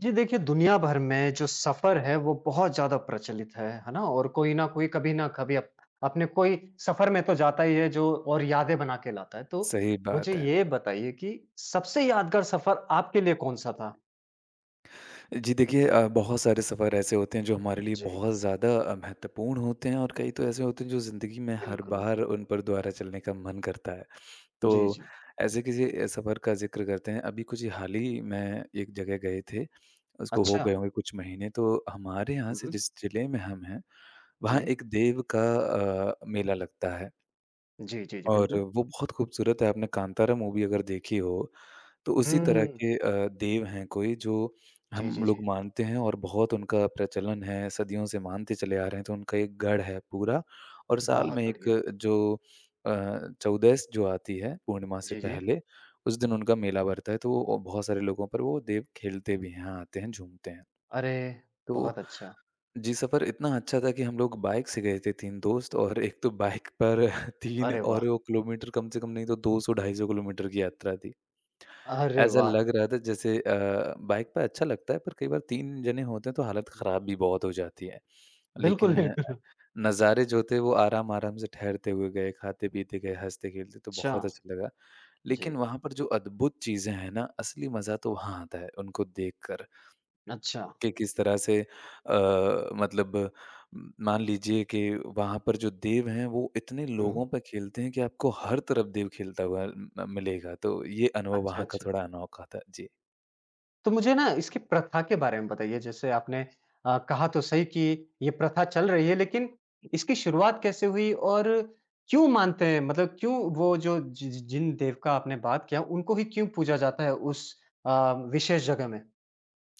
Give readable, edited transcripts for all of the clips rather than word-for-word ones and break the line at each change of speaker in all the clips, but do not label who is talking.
जी देखिए, दुनिया भर में जो सफ़र है वो बहुत ज़्यादा प्रचलित है ना? और कोई न कोई कभी न कभी अप अपने कोई सफ़र में तो जाता ही है जो और यादें बना के लाता है। तो
सही
मुझे
बात है।
ये बताइए कि सबसे यादगार सफ़र आपके लिए कौन-सा था?
जी देखिए बहुत सारे सफ़र ऐसे होते हैं जो हमारे लिए
जी,
बहुत ज़्यादा महत्वपूर्ण होते हैं और कई तो ऐसे होते हैं जो ज़िंदगी में हर
बिल्कुल।
बार उन पर दोबारा चलने का मन करता है। तो
जी, जी।
ऐसे किसी सफ़र का ज़िक्र करते हैं। अभी कुछ ही हाल ही में एक जगह गए थे, उसको हो
अच्छा।
गए होंगे कुछ महीने। तो हमारे यहाँ से
हुँ।
जिस ज़िले में हम हैं, वहाँ
जी।
एक देव का मेला लगता है
जी, जी, जी,
और
बिल्कुल।
वो बहुत खूबसूरत है। आपने कांतारा मूवी अगर देखी हो तो उसी तरह
हुँ।
के देव हैं कोई जो
जी,
हम
जी,
लोग
जी।
मानते हैं और बहुत उनका प्रचलन है, सदियों से मानते चले आ रहे हैं, तो उनका एक गढ़ है पूरा और साल
बहुत
में एक
बढ़िया।
जो अ, चौदस जो आती है पूर्णिमा से
जी, जी।
पहले, उस दिन उनका मेला भरता है, तो वो बहुत सारे लोगों पर वो देव खेलते भी हैं, आते हैं, झूमते हैं।
अरे!
तो
बहुत अच्छा।
जी, सफ़र इतना अच्छा था कि हम लोग बाइक से गए थे 3 दोस्त और एक तो बाइक पर 3
अरे वाह!
और वो किलोमीटर कम से कम नहीं तो 200-250 किलोमीटर की यात्रा थी।
अरे
ऐसा
वाह!
लग रहा था जैसे बाइक पे अच्छा लगता है पर कई बार 3 जने होते हैं तो हालत ख़राब भी बहुत हो जाती है।
बिल्कुल,
लेकिन
बिल्कुल।
नज़ारे जो थे वो आराम-आराम से ठहरते हुए गए, खाते-पीते गए, हँसते-खेलते तो
अच्छा।
बहुत अच्छा लगा।
जी।
लेकिन वहाँ पर जो अद्भुत चीज़ें हैं ना असली मज़ा तो वहाँ आता है उनको देखकर।
अच्छा।
कि किस तरह से मतलब म मान लीजिए कि वहाँ पर जो देव हैं, वो इतने
हुँ।
लोगों पे खेलते हैं कि आपको हर तरफ देव खेलता हुआ म मिलेगा। तो ये अनुभव
अच्छा,
वहाँ का
अच्छा।
थोड़ा अनोखा था। जी।
तो मुझे ना इसकी प्रथा के बारे में बताइए जैसे आपने कहा तो सही कि ये प्रथा चल रही है लेकिन इसकी शुरुआत कैसे हुई और क्यों मानते हैं मतलब क्यों वो जो जि जि जिन देव का आपने बात किया उनको ही क्यों पूजा जाता है उस विशेष जगह में?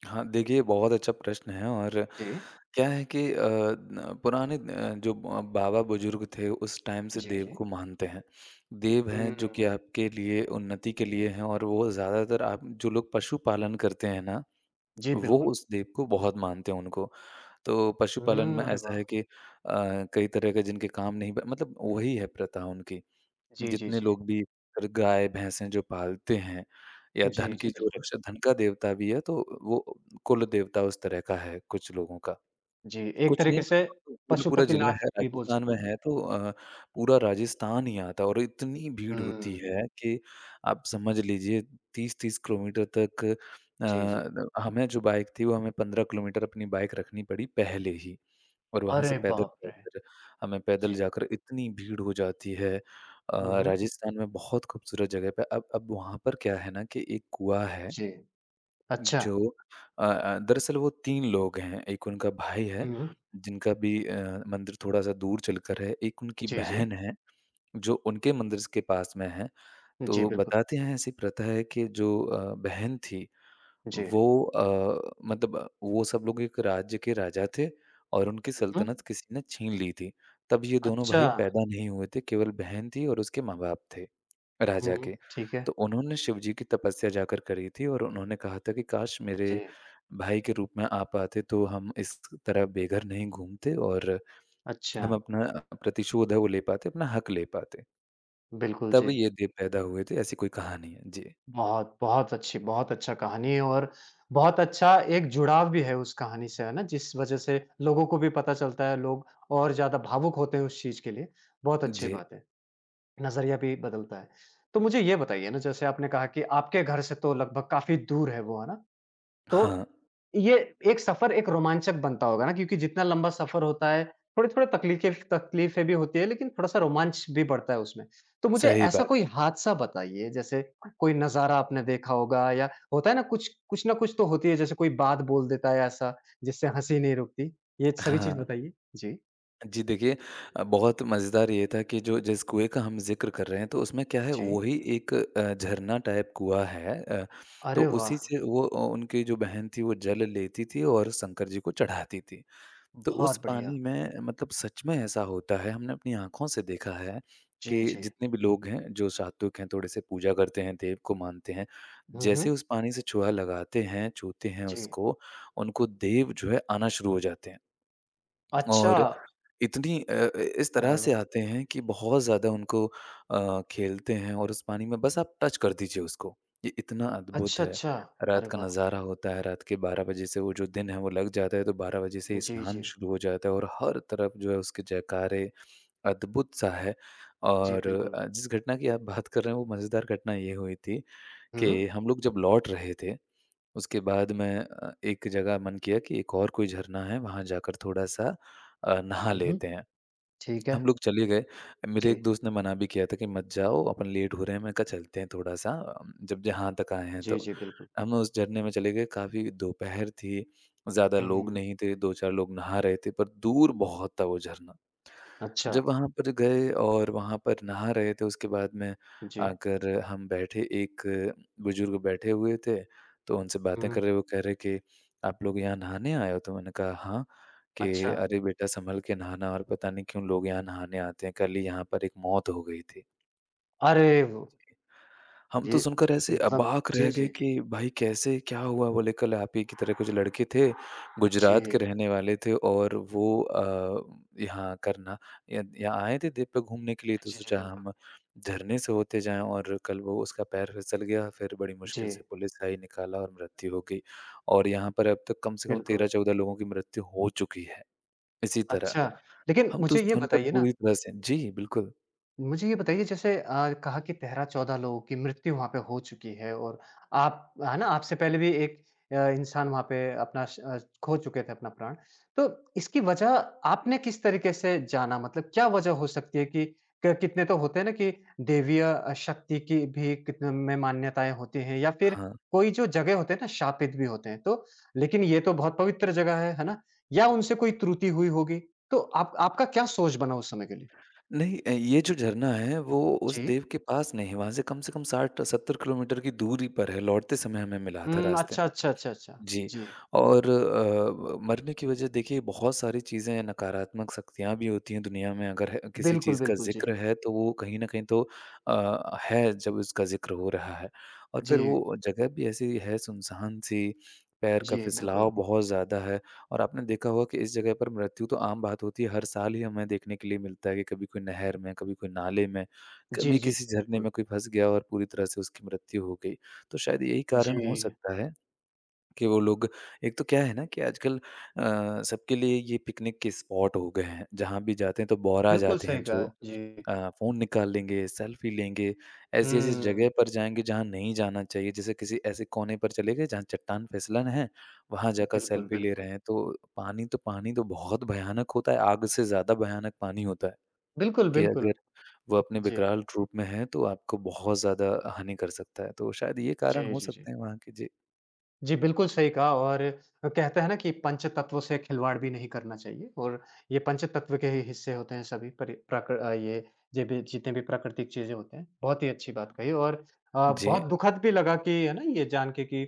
हाँ, देखिए बहुत अच्छा प्रश्न है और
जी,
क्या है कि अ, न पुराने जो बाबा-बुज़ुर्ग थे उस टाइम से
जी,
देव
जी।
को मानते हैं। देव हैं जो कि
हुँ।
आपके लिए उन्नति के लिए हैं और वो ज़्यादातर आप जो लोग पशु पालन करते हैं ना,
जी,
वो
बिल्कुल।
उस देव को बहुत मानते हैं उनको। तो पशुपालन में
हुँ, अरे
ऐसा
वाह!
है कि कई तरह के जिनके काम नहीं ब मतलब वही है प्रथा उनकी।
जी, जी,
जितने
जी।
लोग भी अगर गाय, भैंसें जो पालते हैं या
जी,
धन
जी,
की जो
बिल्कुल।
रक्षा धन का देवता भी है तो वो कुल देवता उस तरह का है कुछ लोगों का।
जी, एक
कुछ नहीं
तरीके से
मतलब पूरा-पूरा ज़िला
पशुपतिनाथ
है
भी बोल
राजस्थान में
सकते हैं।
है तो पूरा राजस्थान ही आता है और इतनी भीड़
हुँ,
होती है कि आप समझ लीजिए 30-30 किलोमीटर तक
जी, जी।
हमें जो बाइक थी वो हमें 15 किलोमीटर अपनी बाइक रखनी पड़ी पहले ही। और वहाँ से
अरे
पैदल
बाप रे!
जाकर हमें पैदल
जी।
जाकर इतनी भीड़ हो जाती है
हुँ, हुँ।
राजस्थान में बहुत खूबसूरत जगह पे अब वहाँ पर क्या है ना कि एक कुआँ है
जी, अच्छा।
जो दरअसल वो 3 लोग हैं, एक उनका भाई है
हुँ।
जिनका भी मंदिर थोड़ा-सा दूर चलकर है, एक उनकी
जी, जी।
बहन है जो उनके मंदिर के पास में है।
जी,
तो
बिल्कुल,
बताते हैं ऐसी प्रथा है कि जो बहन थी
जी।
वो मतलब वो सब लोग एक राज्य के राजा थे और उनकी
हुँ, हुँ।
सल्तनत किसी ने छीन ली थी। तब ये दोनों
अच्छा,
भाई पैदा नहीं हुए थे, केवल बहन थी और उसके माँ-बाप थे, राजा
हुँ।
के।
ठीक है,
तो उन्होंने शिव जी की तपस्या जाकर करी थी और उन्होंने कहा था कि काश मेरे
जी,
भाई के रूप में आप आते तो हम इस तरह बेघर नहीं घूमते और
अच्छा,
हम अपना प्रतिशोध है वो ले पाते, अपना हक ले पाते।
बिल्कुल
तब
जी।
ये देव पैदा हुए थे, ऐसी कोई कहानी है। जी।
बहुत, बहुत अच्छी बहुत अच्छा कहानी है और बहुत अच्छा एक जुड़ाव भी है उस कहानी से, है ना? जिस वज़ह से लोगों को भी पता चलता है, लोग और ज़्यादा भावुक होते हैं उस चीज़ के लिए, बहुत अच्छी
जी।
बात है, नज़रिया भी बदलता है। तो मुझे ये बताइए ना, जैसे आपने कहा कि आपके घर से तो लगभग काफ़ी दूर है वो, है ना? तो
हाँ,
ये एक सफ़र एक रोमांचक बनता होगा ना क्योंकि जितना लंबा सफ़र होता है, थोड़े-थोड़े तकलीफ़ें तकलीफ़ें भी होती है लेकिन थोड़ा-सा रोमांच भी बढ़ता है उसमें। तो मुझे
सही
ऐसा
बात।
कोई हादसा बताइए जैसे कोई नज़ारा आपने देखा होगा या होता है ना कुछ कुछ ना कुछ तो होती है जैसे कोई बात बोल देता है ऐसा जिससे हँसी नहीं रुकती। ये सभी
हाँ।
चीज़ बताइए। जी,
जी देखिए बहुत मज़ेदार ये था कि जो जिस कुएँ का हम ज़िक्र कर रहे हैं तो उसमें क्या है
जी।
वही एक झरना टाइप कुआँ है तो
अरे वाह!
उसी से वो उनकी जो बहन थी वो जल लेती थी और शंकर जी को चढ़ाती थी। तो उस
बहुत बढ़िया।
पानी में मतलब सच में ऐसा होता है हमने अपनी आँखों से देखा है
जी,
कि
जी।
जितने भी लोग हैं जो सात्विक हैं थोड़े से पूजा करते हैं, देव को मानते हैं,
हुँ, हुँ।
जैसे उस पानी से छुआ लगाते हैं, छूते हैं
जी।
उसको, उनको देव जो है आना शुरू हो जाते हैं
अच्छा।
और इतनी इस तरह
अरे
से
वाह!
आते हैं कि बहुत ज़्यादा उनको खेलते हैं और उस पानी में बस आप टच कर दीजिए उसको। ये इतना अद्भुत
अच्छा,
है।
अच्छा।
रात
अरे
का
वाह!
नज़ारा होता है, रात के 12 बजे से वो जो दिन है वो लग जाता है, तो 12 बजे से ही
जी,
स्नान
जी।
शुरू हो जाता है और हर तरफ जो है उसके जयकारे, अद्भुत-सा है
जी,
और
बिल्कुल।
जिस घटना की आप बात कर रहे हैं वो मज़ेदार घटना ये हुई थी
हुँ।
कि हम लोग जब लौट रहे थे, उसके बाद मैं एक जगह मन किया कि एक और कोई झरना है, वहाँ जाकर थोड़ा-सा नहा
हुँ, हुँ।
लेते हैं।
ठीक है।
हम लोग चले गए। मेरे एक
जी।
दोस्त ने मना भी किया था कि मत जाओ अपन लेट हो रहे हैं। मैंने कहा चलते हैं थोड़ा-सा जब जहाँ तक आए हैं
जी,
तो।
जी, बिल्कुल।
हम उस झरने में चले गए, काफ़ी दोपहर थी, ज़्यादा लोग
हुँ,
नहीं थे, 2-4 लोग नहा रहे थे पर दूर बहुत था वो झरना।
अच्छा,
जब वहाँ पर गए और वहाँ पर नहा रहे थे उसके बाद में
जी।
आकर हम बैठे, एक बुजुर्ग बैठे हुए थे, तो उनसे बातें
हुँ,
कर रहे, वो कह रहे कि आप लोग यहाँ नहाने आए हो? तो मैंने कहा हाँ। कि
अच्छा।
अरे बेटा संभल के नहाना और पता नहीं क्यों लोग यहाँ नहाने आते हैं, कल ही यहाँ पर एक मौत हो गई थी।
अरे वो
हम
ये
तो सुनकर ऐसे
मतलब
अबाक
जी,
रह गए
जी।
कि भाई कैसे क्या हुआ? बोले कल आप ही की तरह कुछ लड़के थे, गुजरात
जी।
के रहने वाले थे और वो यहाँ करना य यहाँ आए थे द्वीप पे घूमने के लिए तो
जी, जी, जी,
सोचा
बिल्कुल।
हम झरने से होते जाएँ और कल वो उसका पैर फिसल गया, फिर बड़ी मुश्किल से
जी,
पुलिस आई, निकाला और मृत्यु हो गई। और यहाँ पर अब तक कम से कम
बिल्कुल।
13-14 लोगों की मृत्यु हो चुकी है, इसी तरह।
अच्छा, लेकिन
हम तो
मुझे ये
सुनकर
बताइए ना
पूरी तरह से जी, बिल्कुल।
मुझे ये बताइए जैसे कहा कि 13-14 लोगों की मृत्यु वहाँ पे हो चुकी है और आप है ना आपसे पहले भी एक इंसान वहाँ पे अपना खो चुके थे अपना प्राण। तो इसकी वजह आपने किस तरीके से जाना? मतलब क्या वजह हो सकती है कि क कितने तो होते हैं ना कि देवीय शक्ति की भी कितने में मान्यताएँ होती हैं या फिर
हाँ,
कोई जो जगह होते हैं ना शापित भी होते हैं। तो लेकिन ये तो बहुत पवित्र जगह है ना? या उनसे कोई त्रुटि हुई होगी। तो आप आपका क्या सोच बना उस समय के लिए?
नहीं ये जो झरना है वो उस
जी।
देव के पास नहीं, वहाँ से कम 60 70 किलोमीटर की दूरी पर है, लौटते समय हमें मिला था
हुँ,
रास्ते
अच्छा,
में।
अच्छा, अच्छा, अच्छा।
जी,
जी।
और मरने की वजह देखिए बहुत सारी चीज़ें नकारात्मक शक्तियाँ भी होती हैं दुनिया में अगर है किसी
बिल्कुल,
चीज़ का
बिल्कुल, जी।
ज़िक्र है तो वो कहीं न कहीं तो है जब उसका ज़िक्र हो रहा है। और फिर
जी,
वो जगह भी ऐसी है सुनसान-सी, पैर का
जी, बिल्कुल।
फिसलाव बहुत ज़्यादा है और आपने देखा होगा कि इस जगह पर मृत्यु तो आम बात होती है, हर साल ही हमें देखने के लिए मिलता है कि कभी कोई नहर में, कभी कोई नाले में,
जी,
कभी
जी,
किसी झरने
बिल्कुल।
में कोई फँस गया और पूरी तरह से उसकी मृत्यु हो गई। तो शायद यही
जी,
कारण हो सकता है कि वो लोग एक तो क्या है ना कि आजकल सबके लिए ये पिकनिक के स्पॉट हो गए हैं। जहाँ भी जाते हैं तो बौरा
बिल्कुल
जाते
सही
हैं
कहा।
जो
जी।
अ, फ़ोन निकाल लेंगे, सेल्फ़ी लेंगे, ऐसी-ऐसी जगह
हुँ,
पर जाएँगे जहाँ नहीं जाना चाहिए। जैसे किसी ऐसे कोने पर चले गए जहाँ चट्टान फिसलन है, वहाँ जाकर
बिल्कुल,
सेल्फ़ी ले
बिल्कुल।
रहे हैं। तो पानी तो बहुत भयानक होता है, आग से ज़्यादा भयानक पानी होता है
बिल्कुल,
कि
बिल्कुल।
अगर वो अपने
जी।
विकराल रूप में है तो आपको बहुत ज़्यादा हानि कर सकता है। तो शायद ये कारण
जी,
हो
जी, जी।
सकते हैं वहाँ के। जी।
जी, बिल्कुल सही कहा और कहते हैं ना कि पंच तत्वों से खिलवाड़ भी नहीं करना चाहिए और ये पंच तत्व के ही हिस्से होते हैं सभी परि प्राक अ, ये जे भी जितने भी प्राकृतिक चीज़ें होते हैं। बहुत ही अच्छी बात कही और बहुत
जी,
दुखद भी लगा कि है ना ये जान के कि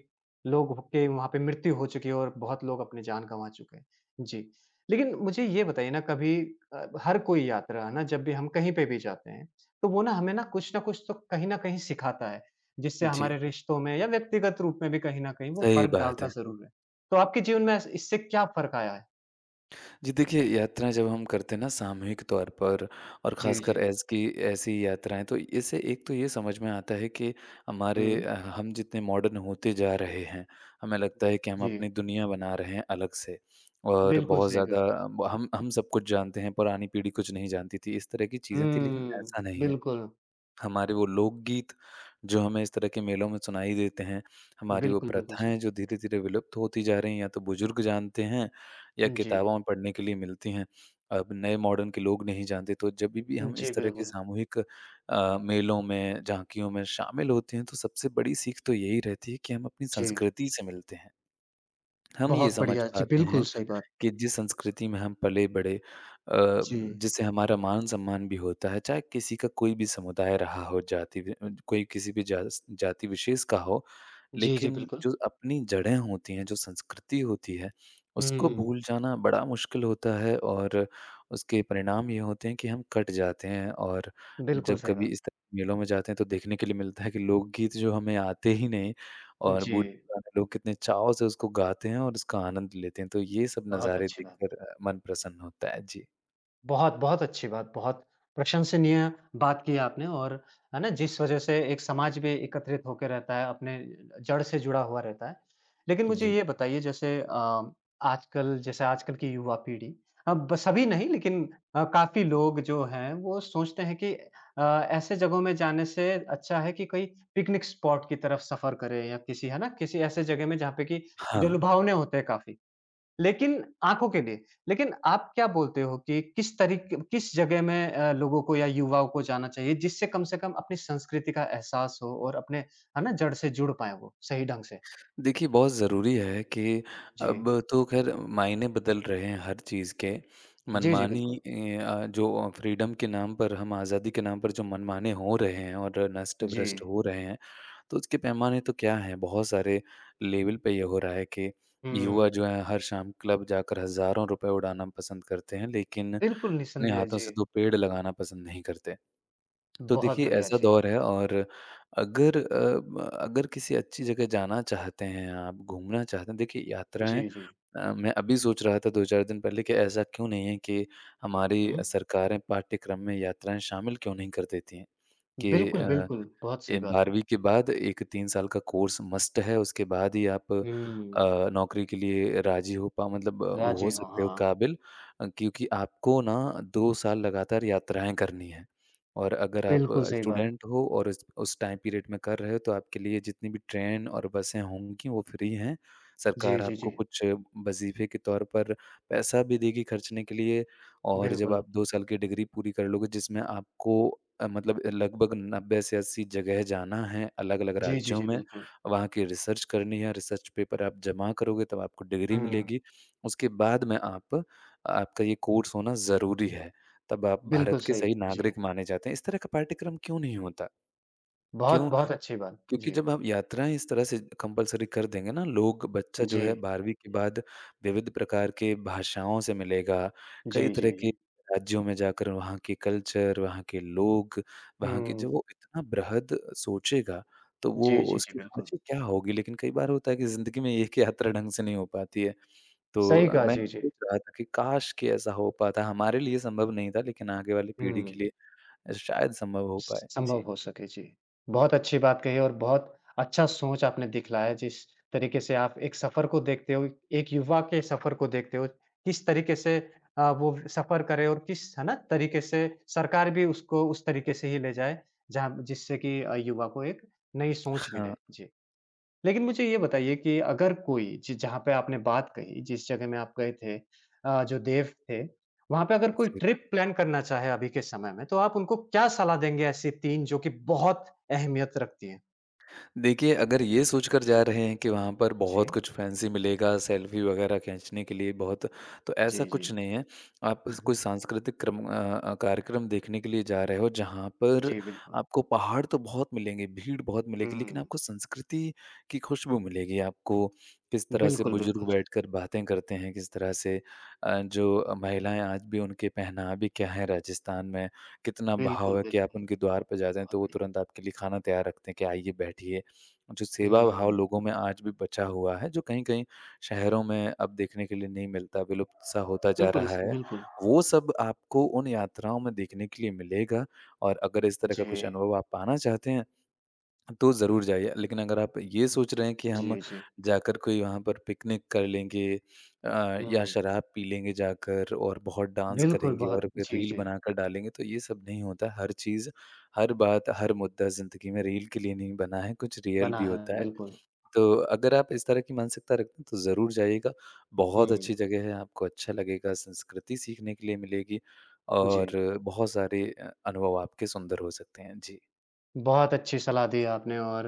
लोग के वहाँ पे मृत्यु हो चुकी है और बहुत लोग अपनी जान गँवा चुके हैं। जी, लेकिन मुझे ये बताइए ना कभी हर कोई यात्रा है ना जब भी हम कहीं पे भी जाते हैं, तो वो ना हमें ना कुछ न कुछ तो कहीं न कहीं सिखाता है। जिससे
जी।
हमारे रिश्तों में या व्यक्तिगत रूप में भी कहीं न कहीं वो
सही
फ़र्क
बात
डालता
है।
ज़रूर है। तो आपके जीवन में ऐस इससे क्या फ़र्क आया है?
जी देखिए, यात्राएँ जब हम करते हैं ना सामूहिक तौर पर और
जी,
ख़ासकर
जी।
ऐस की ऐसी यात्राएँ तो इससे एक तो ये समझ में आता है कि
हुँ।
हमारे हम जितने मॉडर्न होते जा रहे हैं, हमें लगता है कि हम
जी।
अपनी दुनिया बना रहे हैं अलग से और
बिल्कुल
बहुत
सही
ज़्यादा
कहा।
हम सब कुछ जानते हैं, पुरानी पीढ़ी कुछ नहीं जानती थी, इस तरह की चीज़ें थी लेकिन
हुँ।
ऐसा नहीं है।
बिल्कुल।
हमारे वो लोकगीत जो हमें इस तरह के मेलों में सुनाई देते हैं, हमारी वो
बिल्कुल, बिल्कुल, जी।
प्रथाएँ जो धीरे-धीरे विलुप्त होती जा रही हैं, या तो बुजुर्ग जानते हैं या
जी।
किताबों में पढ़ने के लिए मिलती हैं। अब नए मॉडर्न के लोग नहीं जानते, तो जभी भी हम
जी,
इस तरह के
बिल्कुल।
सामूहिक मेलों में, झाँकियों में शामिल होते हैं, तो सबसे बड़ी सीख तो यही रहती है कि हम अपनी
जी,
संस्कृति से मिलते हैं। हम ये
बहुत
समझ
बढ़िया। जी,
पाते
बिल्कुल
हैं
सही बात।
कि जिस संस्कृति में हम पले-बड़े अ,
जी।
जिससे हमारा मान-सम्मान भी होता है, चाहे किसी का कोई भी समुदाय रहा हो, कोई किसी भी जास जाति विशेष का हो,
जी, जी,
लेकिन
बिल्कुल।
जो अपनी जड़ें होती हैं, जो संस्कृति होती है, उसको
हुँ,
भूल जाना बड़ा मुश्किल होता है और उसके परिणाम ये होते हैं कि हम कट जाते हैं और
बिल्कुल
जब
सही
कभी
बात।
इस तरह के मेलों में जाते हैं, तो देखने के लिए मिलता है कि लोकगीत जो हमें आते ही नहीं और
जी,
बूढ़े गाने लोग कितने चाव से उसको गाते हैं और उसका आनंद लेते हैं, तो ये सब
बहुत
नज़ारे
अच्छी बात।
देखकर मन प्रसन्न होता है। जी।
बहुत, बहुत अच्छी बात, बहुत प्रशंसनीय बात की आपने और है ना, जिस वजह से एक समाज भी एकत्रित होके रहता है, अपने जड़ से जुड़ा हुआ रहता है। लेकिन मुझे
जी।
ये बताइए जैसे आजकल जैसे आजकल की युवा पीढ़ी अब सभी नहीं लेकिन काफ़ी लोग जो हैं वो सोचते हैं कि ऐसे जगहों में जाने से अच्छा है कि कोई पिकनिक स्पॉट की तरफ सफ़र करें या किसी है ना, किसी ऐसे जगह में जहाँ पे कि
हाँ।
जलभावने होते हैं काफ़ी। लेकिन आँखों के लिए। लेकिन आप क्या बोलते हो कि किस तरीके किस जगह में लोगों को या युवाओं को जाना चाहिए जिससे कम से कम अपनी संस्कृति का एहसास हो और अपने है ना जड़ से जुड़ पाएँ वो सही ढंग से?
देखिए बहुत ज़रूरी है कि
जी।
अब तो ख़ैर मायने बदल रहे हैं हर चीज़ के।
जी, जी, बिल्कुल।
जो फ्रीडम के नाम पर हम आज़ादी के नाम पर जो मनमाने हो रहे हैं और
जी।
नष्ट-भ्रष्ट हो रहे हैं, तो उसके पैमाने तो क्या हैं? बहुत सारे लेवल पे ये हो रहा है कि युवा
हुँ।
जो है हर शाम क्लब जाकर हज़ारों रुपए उड़ाना पसंद करते हैं, लेकिन
बिल्कुल
अपने
निसंदेह
हाथों
जी।
से 2 पेड़ लगाना पसंद नहीं करते। तो
बहुत
देखिए
बढ़िया
ऐसा
जी।
दौर है और अगर अ, ब अगर किसी अच्छी जगह जाना चाहते हैं आप, घूमना चाहते हैं देखिए यात्राएँ।
जी, जी।
मैं अभी सोच रहा था 2-4 दिन पहले कि ऐसा क्यों नहीं है कि हमारी
हुँ।
सरकारें पाठ्यक्रम में यात्राएँ शामिल क्यों नहीं कर देती हैं कि
बिल्कुल, बिल्कुल। बहुत सही
ये
बात है।
12वीं के बाद एक 3 साल का कोर्स मस्ट है, उसके बाद ही आप
हुँ।
नौकरी के लिए राज़ी हो पा मतलब वो
राज़ी
हो
हो
सकते हो
हाँ।
काबिल। क्योंकि आपको ना 2 साल लगातार यात्राएँ करनी हैं। और अगर आप
बिल्कुल सही बात।
स्टूडेंट हो और उस टाइम पीरियड में कर रहे हो, तो आपके लिए जितनी भी ट्रेन और बसें होंगी, वो फ्री हैं।
जी,
सरकार
जी,
आपको
जी।
कुछ वज़ीफ़े के तौर पर पैसा भी देगी खर्चने के लिए और जब
बिल्कुल।
आप 2 साल की डिग्री पूरी कर लोगे जिसमें आपको मतलब लगभग 90 से 80 जगह जाना है, अलग-अलग
जी, जी,
राज्यों
जी,
में,
बिल्कुल।
वहाँ की रिसर्च करनी है, रिसर्च पेपर आप जमा करोगे तब आपको डिग्री
हुँ।
मिलेगी। उसके बाद में आप आपका ये कोर्स होना ज़रूरी है, तब आप
बिल्कुल
भारत के
सही।
सही
जी।
नागरिक माने जाते हैं। इस तरह का पाठ्यक्रम क्यों नहीं होता?
बहुत,
क्यों?
बहुत अच्छी बात।
क्योंकि
जी,
जब हम यात्राएँ इस तरह से कंपल्सरी कर देंगे ना, लोग बच्चा जो है
जी,
12वीं के बाद विविध प्रकार के भाषाओं से मिलेगा, कई
जी, जी,
तरह के
जी।
राज्यों में जाकर वहाँ के कल्चर, वहाँ के लोग, वहाँ की जो
हुँ।
वो इतना बृहद सोचेगा, तो वो
जी, जी, जी,
उसकी समझ
बिल्कुल।
ही क्या होगी? लेकिन कई बार होता है कि ज़िंदगी में एक यात्रा ढंग से नहीं हो पाती है। तो
सही कहा,
मैं
जी, जी।
सोच रहा था कि काश कि ऐसा हो पाता। हमारे लिए संभव नहीं था, लेकिन आगे वाली पीढ़ी
हुँ,
के लिए शायद संभव हो
स
पाए।
संभव
जी।
हो सके, जी। बहुत अच्छी बात कही और बहुत अच्छा सोच आपने दिखलाया जिस तरीके से आप एक सफ़र को देखते हो, एक युवा के सफ़र को देखते हो, किस तरीके से वो सफ़र करे और किस है ना तरीके से सरकार भी उसको उस तरीके से ही ले जाए, जहाँ जिससे कि युवा को एक नई सोच मिले।
हाँ,
जी। लेकिन मुझे ये बताइए कि अगर कोई जि जहाँ पे आपने बात कही, जिस जगह में आप गए थे जो देव थे, वहाँ पे अगर कोई
सही कहा।
ट्रिप प्लान करना चाहे अभी के समय में, तो आप उनको क्या सलाह देंगे ऐसी 3 जो कि बहुत अहमियत रखती हैं?
देखिए, अगर ये सोचकर जा रहे हैं कि वहाँ पर बहुत
जी,
कुछ फैंसी मिलेगा, सेल्फ़ी वगैरह खींचने के लिए बहुत, तो ऐसा
जी, जी।
कुछ नहीं है। आप स कोई
हम्म,
सांस्कृतिक कार्यक्रम देखने के लिए जा रहे हो, जहाँ पर
जी, बिल्कुल।
आपको पहाड़ तो बहुत मिलेंगे, भीड़ बहुत मिलेगी, लेकिन
हुँ,
आपको संस्कृति की खुशबू मिलेगी। आपको किस तरह से
बिल्कुल,
बुज़ुर्ग
बिल्कुल जी।
बैठकर बातें करते हैं, किस तरह से जो महिलाएँ आज भी उनके पहनावे क्या है राजस्थान में, कितना बहाव
बिल्कुल,
है कि आप
बिल्कुल।
उनके द्वार पे जाते हैं,
बहुत
तो वो
बढ़िया।
तुरंत आपके लिए खाना तैयार रखते हैं कि आइए, बैठिए। जो सेवा भाव
हुँ,
लोगों में आज भी बचा हुआ है, जो कहीं-कहीं शहरों में अब देखने के लिए नहीं मिलता, विलुप्त सा होता जा रहा है,
बिल्कुल।
वो सब आपको उन यात्राओं में देखने के लिए मिलेगा और अगर इस तरह
जी,
का कुछ अनुभव आप पाना चाहते हैं, तो ज़रूर जाइए। लेकिन अगर आप ये सोच रहे हैं कि हम
जी, जी।
जाकर कोई वहाँ पर पिकनिक कर लेंगे अ, या
हुँ,
शराब पी लेंगे जाकर और बहुत डांस
बिल्कुल
करेंगे
बहुत
और फिर
जी,
रील
जी।
बनाकर डालेंगे, तो ये सब नहीं होता। हर चीज़, हर बात, हर मुद्दा ज़िंदगी में रील के लिए नहीं बना है, कुछ रियल
बना
भी
है,
होता है।
बिल्कुल।
तो अगर आप इस तरह की मानसिकता रखते हैं, तो ज़रूर जाइएगा। बहुत अच्छी
हुँ,
जगह है, आपको अच्छा लगेगा, संस्कृति सीखने के लिए मिलेगी
जी।
और बहुत सारे अनुभव आपके सुंदर हो सकते हैं। जी।
बहुत अच्छी सलाह दी आपने और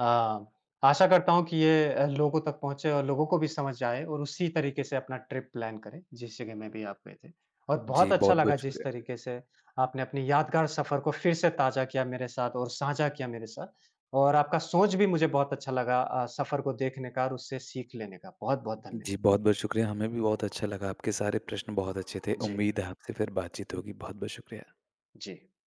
अ, आशा करता हूँ कि ये लोगों तक पहुँचे और लोगों को भी समझ आए और उसी तरीके से अपना ट्रिप प्लान करें, जिस जगह में भी आप गए थे। और बहुत
जी,
अच्छा लगा
बहुत-बहुत
जिस
शुक्रिया।
तरीके से आपने अपनी यादगार सफ़र को फिर से ताज़ा किया मेरे साथ और साझा किया मेरे साथ। और आपका सोच भी मुझे बहुत अच्छा लगा सफ़र को देखने का और उससे सीख लेने का। बहुत-बहुत धन्यवाद।
जी, बहुत-बहुत शुक्रिया। हमें भी बहुत अच्छा लगा, आपके सारे प्रश्न बहुत अच्छे थे।
जी,
उम्मीद है आपसे फिर बातचीत होगी। बहुत-बहुत शुक्रिया।
जी।